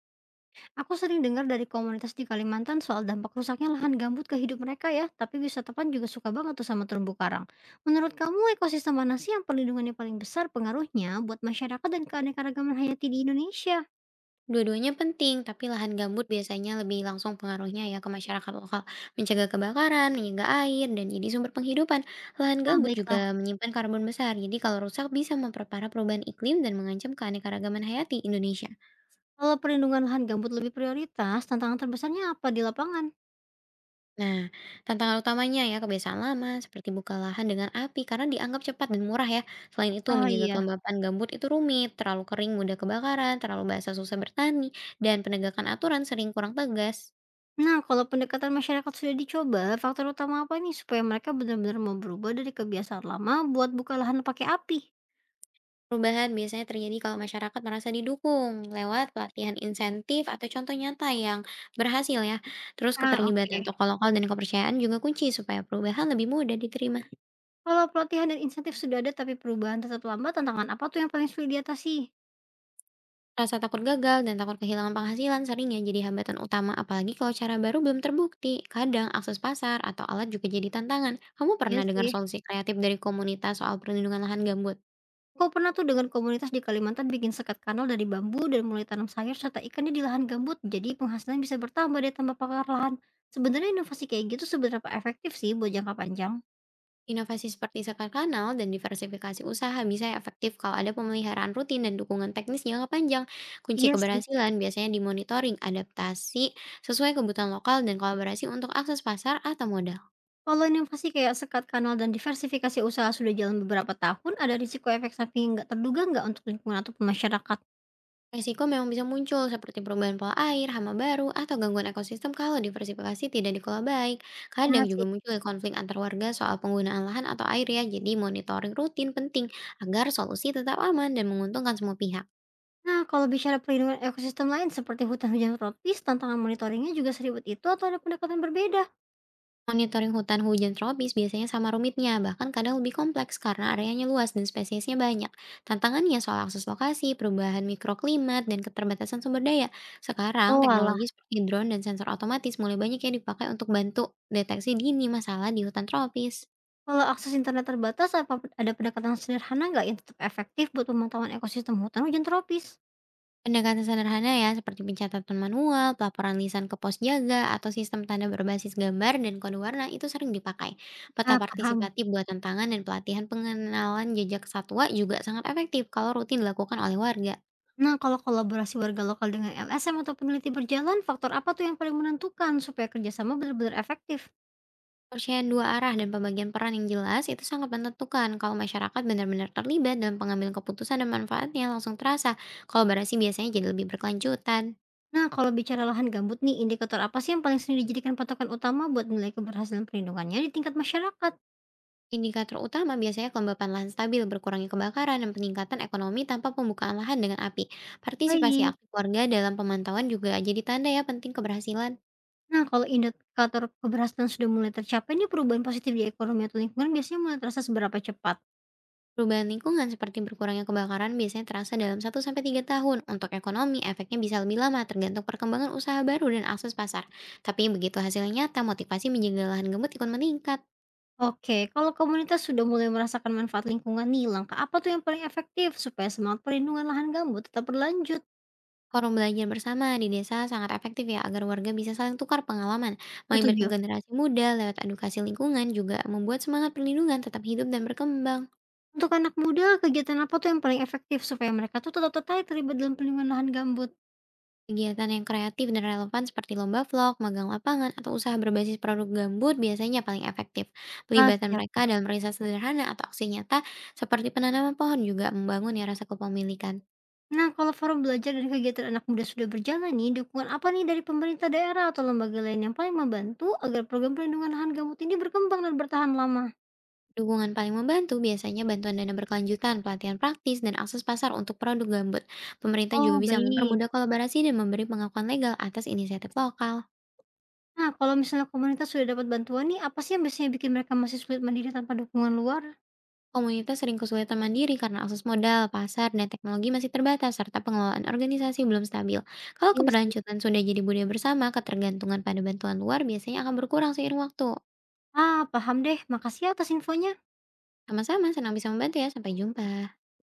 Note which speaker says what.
Speaker 1: Aku sering dengar dari komunitas di Kalimantan soal dampak rusaknya lahan gambut ke hidup mereka ya, tapi wisatawan juga suka banget tuh sama terumbu karang. Menurut kamu ekosistem mana sih yang perlindungannya paling besar pengaruhnya buat masyarakat dan keanekaragaman hayati di Indonesia?
Speaker 2: Dua-duanya penting, tapi lahan gambut biasanya lebih langsung pengaruhnya ya ke masyarakat lokal, mencegah kebakaran, menyegah air, dan jadi sumber penghidupan. Lahan
Speaker 1: Ah,
Speaker 2: gambut
Speaker 1: baiklah,
Speaker 2: juga menyimpan karbon besar, jadi kalau rusak bisa memperparah perubahan iklim dan mengancam keanekaragaman hayati Indonesia.
Speaker 1: kalau perlindungan lahan gambut lebih prioritas, tantangan terbesarnya apa di lapangan?
Speaker 2: Nah, tantangan utamanya ya kebiasaan lama seperti buka lahan dengan api karena dianggap cepat dan murah ya. Selain itu,
Speaker 1: Ah,
Speaker 2: menjaga
Speaker 1: iya.
Speaker 2: kelembapan gambut itu rumit, terlalu kering mudah kebakaran, terlalu basah susah bertani, dan penegakan aturan sering kurang tegas.
Speaker 1: Nah, kalau pendekatan masyarakat sudah dicoba, faktor utama apa nih supaya mereka benar-benar mau berubah dari kebiasaan lama buat buka lahan pakai api?
Speaker 2: Perubahan biasanya terjadi kalau masyarakat merasa didukung lewat pelatihan insentif atau contoh nyata yang berhasil ya. Terus
Speaker 1: Ah,
Speaker 2: keterlibatan
Speaker 1: oke.
Speaker 2: tokoh lokal dan kepercayaan juga kunci supaya perubahan lebih mudah diterima.
Speaker 1: Kalau pelatihan dan insentif sudah ada tapi perubahan tetap lambat, tantangan apa tuh yang paling sulit diatasi?
Speaker 2: Rasa takut gagal dan takut kehilangan penghasilan seringnya jadi hambatan utama apalagi kalau cara baru belum terbukti. Kadang akses pasar atau alat juga jadi tantangan. Kamu
Speaker 1: Iya
Speaker 2: pernah dengar
Speaker 1: sih,
Speaker 2: solusi kreatif dari komunitas soal perlindungan lahan gambut?
Speaker 1: aku pernah tuh dengan komunitas di Kalimantan bikin sekat kanal dari bambu dan mulai tanam sayur serta ikannya di lahan gambut, jadi penghasilan bisa bertambah deh tambah pakar lahan. Sebenarnya inovasi kayak gitu seberapa efektif sih buat jangka panjang?
Speaker 2: Inovasi seperti sekat kanal dan diversifikasi usaha bisa efektif kalau ada pemeliharaan rutin dan dukungan teknis jangka panjang. Kunci
Speaker 1: Iya sih,
Speaker 2: keberhasilan biasanya dimonitoring, adaptasi sesuai kebutuhan lokal, dan kolaborasi untuk akses pasar atau modal.
Speaker 1: kalau inovasi kayak sekat kanal dan diversifikasi usaha sudah jalan beberapa tahun, ada risiko efek samping nggak terduga nggak untuk lingkungan ataupun masyarakat?
Speaker 2: Risiko memang bisa muncul seperti perubahan pola air, hama baru, atau gangguan ekosistem kalau diversifikasi tidak dikelola baik. Kadang juga muncul konflik antar warga soal penggunaan lahan atau air ya, jadi monitoring rutin penting agar solusi tetap aman dan menguntungkan semua pihak.
Speaker 1: Nah, kalau bicara perlindungan ekosistem lain seperti hutan hujan tropis, tantangan monitoringnya juga seribet itu atau ada pendekatan berbeda?
Speaker 2: Monitoring hutan hujan tropis biasanya sama rumitnya, bahkan kadang lebih kompleks karena areanya luas dan spesiesnya banyak. Tantangannya soal akses lokasi, perubahan mikroklimat, dan keterbatasan sumber daya. Sekarang,
Speaker 1: Oh alah,
Speaker 2: teknologi seperti drone dan sensor otomatis mulai banyak yang dipakai untuk bantu deteksi dini masalah di hutan tropis.
Speaker 1: kalau akses internet terbatas, apa ada pendekatan sederhana nggak yang tetap efektif buat pemantauan ekosistem hutan hujan tropis?
Speaker 2: Pendekatan sederhana ya, seperti pencatatan manual, pelaporan lisan ke pos jaga, atau sistem tanda berbasis gambar dan kode warna itu sering dipakai. Peta
Speaker 1: Ah, paham.
Speaker 2: partisipatif buatan tangan dan pelatihan pengenalan jejak satwa juga sangat efektif kalau rutin dilakukan oleh warga.
Speaker 1: Nah, kalau kolaborasi warga lokal dengan LSM atau peneliti berjalan, faktor apa tuh yang paling menentukan supaya kerjasama benar-benar efektif?
Speaker 2: Percayaan dua arah dan pembagian peran yang jelas itu sangat menentukan kalau masyarakat benar-benar terlibat dalam pengambilan keputusan dan manfaatnya langsung terasa. Kolaborasi biasanya jadi lebih berkelanjutan.
Speaker 1: Nah, kalau bicara lahan gambut nih, indikator apa sih yang paling sering dijadikan patokan utama buat nilai keberhasilan perlindungannya di tingkat masyarakat?
Speaker 2: Indikator utama biasanya kelembapan lahan stabil, berkurangnya kebakaran, dan peningkatan ekonomi tanpa pembukaan lahan dengan api. Partisipasi
Speaker 1: Baik.
Speaker 2: aktif warga dalam pemantauan juga jadi tanda ya penting keberhasilan.
Speaker 1: Nah, kalau indikator keberhasilan sudah mulai tercapai ini perubahan positif di ekonomi atau lingkungan biasanya mulai terasa seberapa cepat?
Speaker 2: Perubahan lingkungan seperti berkurangnya kebakaran biasanya terasa dalam 1 sampai 3 tahun. Untuk ekonomi, efeknya bisa lebih lama tergantung perkembangan usaha baru dan akses pasar. Tapi begitu hasilnya nyata, motivasi menjaga lahan gembut ikut meningkat.
Speaker 1: Oke, kalau komunitas sudah mulai merasakan manfaat lingkungan nih, langkah apa tuh yang paling efektif supaya semangat perlindungan lahan gambut tetap berlanjut?
Speaker 2: Forum belajar bersama di desa sangat efektif ya agar warga bisa saling tukar pengalaman. Melibatkan
Speaker 1: Setuju.
Speaker 2: generasi muda lewat edukasi lingkungan juga membuat semangat perlindungan tetap hidup dan berkembang.
Speaker 1: Untuk anak muda, kegiatan apa tuh yang paling efektif supaya mereka tuh tetap tertarik terlibat dalam perlindungan lahan gambut?
Speaker 2: Kegiatan yang kreatif dan relevan seperti lomba vlog, magang lapangan, atau usaha berbasis produk gambut biasanya paling efektif.
Speaker 1: Ah,
Speaker 2: Pelibatan
Speaker 1: siap.
Speaker 2: mereka dalam riset sederhana atau aksi nyata seperti penanaman pohon juga membangun ya rasa kepemilikan.
Speaker 1: Nah, kalau forum belajar dan kegiatan anak muda sudah berjalan nih, dukungan apa nih dari pemerintah daerah atau lembaga lain yang paling membantu agar program perlindungan lahan gambut ini berkembang dan bertahan lama?
Speaker 2: Dukungan paling membantu biasanya bantuan dana berkelanjutan, pelatihan praktis, dan akses pasar untuk produk gambut. Pemerintah juga
Speaker 1: Oh,
Speaker 2: bisa
Speaker 1: baik.
Speaker 2: mempermudah kolaborasi dan memberi pengakuan legal atas inisiatif lokal.
Speaker 1: Nah, kalau misalnya komunitas sudah dapat bantuan nih, apa sih yang biasanya bikin mereka masih sulit mandiri tanpa dukungan luar?
Speaker 2: Komunitas sering kesulitan mandiri karena akses modal, pasar, dan teknologi masih terbatas, serta pengelolaan organisasi belum stabil. Kalau
Speaker 1: Iya sih.
Speaker 2: keberlanjutan sudah jadi budaya bersama, ketergantungan pada bantuan luar biasanya akan berkurang seiring waktu.
Speaker 1: Ah, paham deh. Makasih ya atas infonya.
Speaker 2: Sama-sama, senang bisa membantu ya. Sampai jumpa.